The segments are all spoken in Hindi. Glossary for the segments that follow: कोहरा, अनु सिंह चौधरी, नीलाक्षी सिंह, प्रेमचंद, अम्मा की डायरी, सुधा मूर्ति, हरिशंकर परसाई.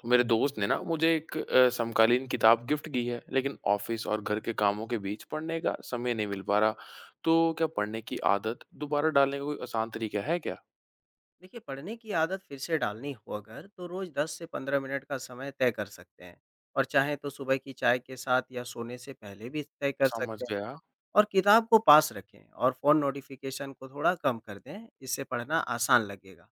तो मेरे दोस्त ने ना मुझे एक समकालीन किताब गिफ्ट की है लेकिन ऑफिस और घर के कामों के बीच पढ़ने का समय नहीं मिल पा रहा। तो क्या पढ़ने की आदत दोबारा डालने का कोई आसान तरीका है क्या। देखिए, पढ़ने की आदत फिर से डालनी हो अगर तो रोज 10 से 15 मिनट का समय तय कर सकते हैं। और चाहें तो सुबह की चाय के साथ या सोने से पहले भी तय कर समझ सकते हैं। गया। और किताब को पास रखें और फ़ोन नोटिफिकेशन को थोड़ा कम कर दें, इससे पढ़ना आसान लगेगा।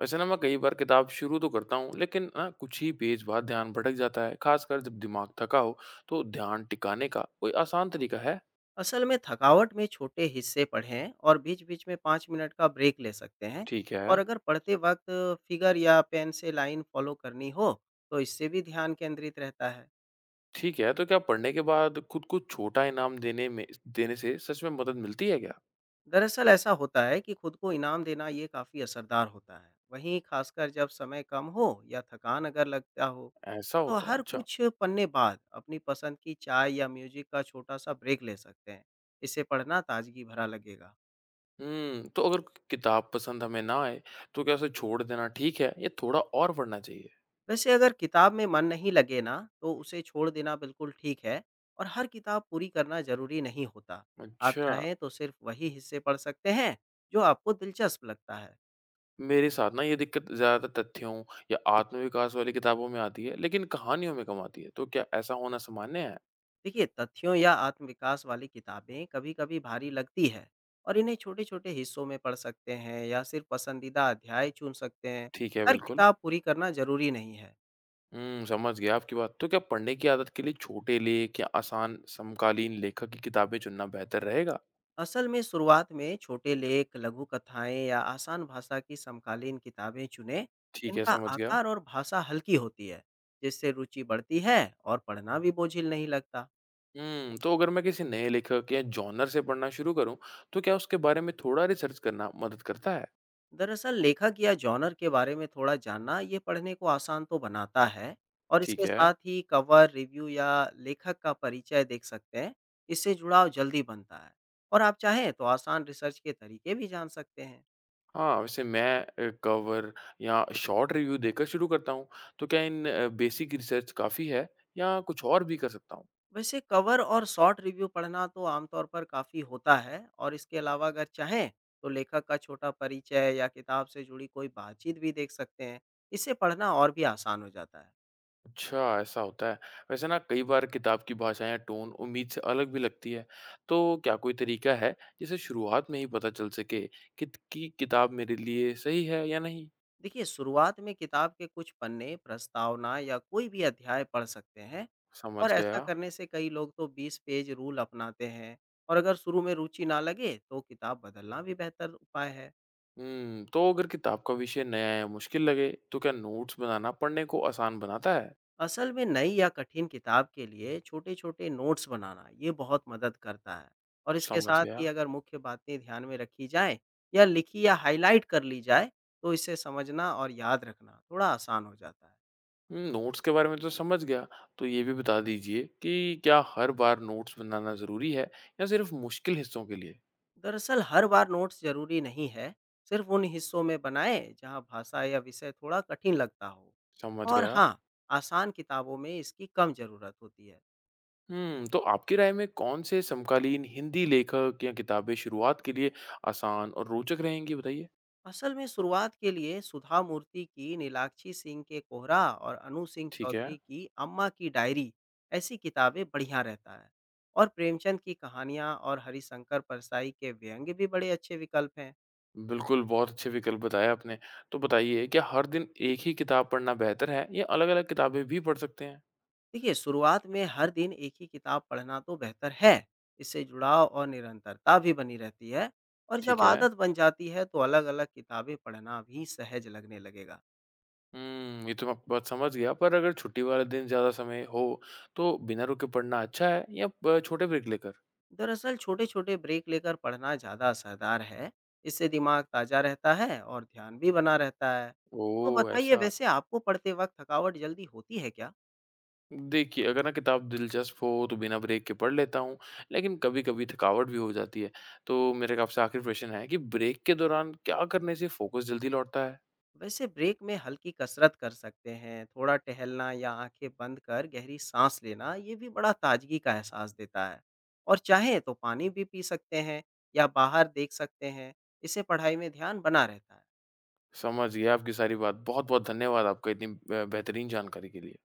वैसे ना मैं कई बार किताब शुरू तो करता हूँ लेकिन ना कुछ ही पेज बाद ध्यान भटक जाता है, खासकर जब दिमाग थका हो। तो ध्यान टिकाने का कोई आसान तरीका है। असल में थकावट में छोटे हिस्से पढ़ें और बीच बीच में 5 मिनट का ब्रेक ले सकते हैं। ठीक है। और अगर पढ़ते वक्त फिगर या पेन से लाइन फॉलो करनी हो तो इससे भी ध्यान केंद्रित रहता है। ठीक है, तो क्या पढ़ने के बाद खुद को छोटा इनाम देने में देने से सच में मदद मिलती है क्या। दरअसल ऐसा होता है कि खुद को इनाम देना ये काफ़ी असरदार होता है, वहीं खासकर जब समय कम हो या थकान अगर लगता हो ऐसा तो होता है, हर अच्छा। कुछ पन्ने बाद अपनी पसंद की चाय या म्यूजिक का छोटा सा ब्रेक ले सकते हैं। इससे पढ़ना ताजगी भरा लगेगा। तो अगर किताब पसंद हमें ना आए, तो क्या उसे छोड़ देना ठीक है या थोड़ा और पढ़ना चाहिए? वैसे अगर किताब में मन नहीं लगे ना तो उसे छोड़ देना बिल्कुल ठीक है। और हर किताब पूरी करना ज़रूरी नहीं होता। आप अच्छा। चाहें तो सिर्फ वही हिस्से पढ़ सकते हैं जो आपको दिलचस्प लगता है। मेरे साथ ना ये दिक्कत ज़्यादातर तथ्यों या आत्मविकास वाली किताबों में आती है, लेकिन कहानियों में कम आती है, तो क्या ऐसा होना सामान्य है? देखिए, तथ्यों या आत्मविकास वाली किताबें कभी-कभी भारी लगती है और इन्हें छोटे-छोटे हिस्सों में पढ़ सकते हैं या सिर्फ पसंदीदा अध्याय चुन सकते हैं। ठीक है, हर बिल्कुल। किताब पूरी करना ज़रूरी नहीं है। समझ गया आपकी बात। तो क्या पढ़ने की आदत के लिए छोटे लेख या आसान समकालीन लेखक की किताबें चुनना बेहतर रहेगा? असल में शुरुआत में छोटे लेख, लघु कथाएँ या आसान भाषा की समकालीन किताबें चुनें। ठीक है, इनका समझ गया। आकार और भाषा हल्की होती है, जिससे रुचि बढ़ती है और पढ़ना भी बोझिल नहीं लगता। तो अगर मैं किसी नए लेखक या जॉनर से पढ़ना शुरू करूँ, तो क्या उसके बारे में थोड़ा रिसर्च करना मदद करता है? दरअसल लेखक या जॉनर के बारे में थोड़ा जानना ये पढ़ने को आसान तो बनाता है, और ठीक इसके है। साथ ही कवर रिव्यू या लेखक का परिचय देख सकते हैं। इससे जुड़ाव जल्दी बनता है और आप चाहें तो आसान रिसर्च के तरीके भी जान सकते हैं। हाँ, वैसे मैं कवर या शॉर्ट रिव्यू देकर शुरू करता हूँ, तो क्या इन बेसिक रिसर्च काफ़ी है या कुछ और भी कर सकता हूँ? वैसे कवर और शॉर्ट रिव्यू पढ़ना तो आमतौर पर काफ़ी होता है, और इसके अलावा अगर चाहें तो लेखक का छोटा परिचय या किताब से जुड़ी कोई बातचीत भी देख सकते हैं। इससे पढ़ना और भी आसान हो जाता है। अच्छा, ऐसा होता है। वैसे ना कई बार किताब की भाषा या टोन उम्मीद से अलग भी लगती है, तो क्या कोई तरीका है जिससे शुरुआत में ही पता चल सके कि किताब मेरे लिए सही है या नहीं? देखिए, शुरुआत में किताब के कुछ पन्ने, प्रस्तावना या कोई भी अध्याय पढ़ सकते हैं। समझ और ऐसा गया। करने से कई लोग तो 20 पेज रूल अपनाते हैं, और अगर शुरू में रुचि ना लगे तो किताब बदलना भी बेहतर उपाय है। तो अगर किताब का विषय नया या मुश्किल लगे, तो क्या नोट्स बनाना पढ़ने को आसान बनाता है? असल में नई या कठिन किताब के लिए छोटे-छोटे नोट्स बनाना ये बहुत मदद करता है, और इसके समझ साथ ही गया। अगर मुख्य बातें ध्यान में रखी जाएँ या लिखी या हाईलाइट कर ली जाए तो इसे समझना और याद रखना थोड़ा आसान हो जाता है। नोट्स के बारे में तो समझ गया। तो ये भी बता दीजिए कि क्या हर बार नोट्स बनाना ज़रूरी है या सिर्फ़ मुश्किल हिस्सों के लिए? दरअसल हर बार नोट्स जरूरी नहीं है, सिर्फ उन हिस्सों में बनाएं जहां भाषा या विषय थोड़ा कठिन लगता हो। समझ और गया। हाँ, आसान किताबों में इसकी कम जरूरत होती है। तो आपकी राय में कौन से समकालीन हिंदी लेखक या किताबें शुरुआत के लिए आसान और रोचक रहेंगी बताइए? असल में शुरुआत के लिए सुधा मूर्ति की, नीलाक्षी सिंह के कोहरा और अनु सिंह ठीक है। चौधरी की अम्मा की डायरी ऐसी किताबें बढ़िया रहता है। और प्रेमचंद की कहानियाँ और हरिशंकर परसाई के व्यंग्य भी बड़े अच्छे विकल्प हैं। बिल्कुल, बहुत अच्छे विकल्प बताए आपने। तो बताइए क्या हर दिन एक ही किताब पढ़ना बेहतर है या अलग-अलग किताबें भी पढ़ सकते हैं? देखिए, शुरुआत में हर दिन एक ही किताब पढ़ना तो बेहतर है। इससे जुड़ाव और निरंतरता भी बनी रहती है और जब ठीक है। आदत बन जाती है तो अलग-अलग किताबें पढ़ना भी सहज लगने लगेगा। ये तो मैं आपकी बात समझ गया, पर अगर छुट्टी वाले दिन ज़्यादा समय हो, तो बिना रुके पढ़ना अच्छा है या प छोटे ब्रेक लेकर? दरअसल छोटे-छोटे ब्रेक लेकर पढ़ना ज़्यादा असरदार है। इससे दिमाग ताज़ा रहता है और ध्यान भी बना रहता है। तो ओह! बताइए, ऐसा। वैसे आपको पढ़ते वक़्त थकावट जल्दी होती है क्या? देखिए, अगर ना किताब दिलचस्प हो, तो बिना ब्रेक के पढ़ लेता हूँ, लेकिन कभी-कभी थकावट भी हो जाती है। तो मेरे का आपसे आखिरी प्रश्न है कि ब्रेक के दौरान क्या करने से फोकस जल्दी लौटता है? वैसे ब्रेक में हल्की कसरत कर सकते हैं, थोड़ा टहलना या आंखें बंद कर गहरी साँस लेना, ये भी बड़ा ताजगी का एहसास देता है। और चाहें तो पानी भी पी सकते हैं या बाहर देख सकते हैं, इससे पढ़ाई में ध्यान बना रहता है। समझ गया आपकी सारी बात। बहुत-बहुत धन्यवाद आपका इतनी बेहतरीन जानकारी के लिए।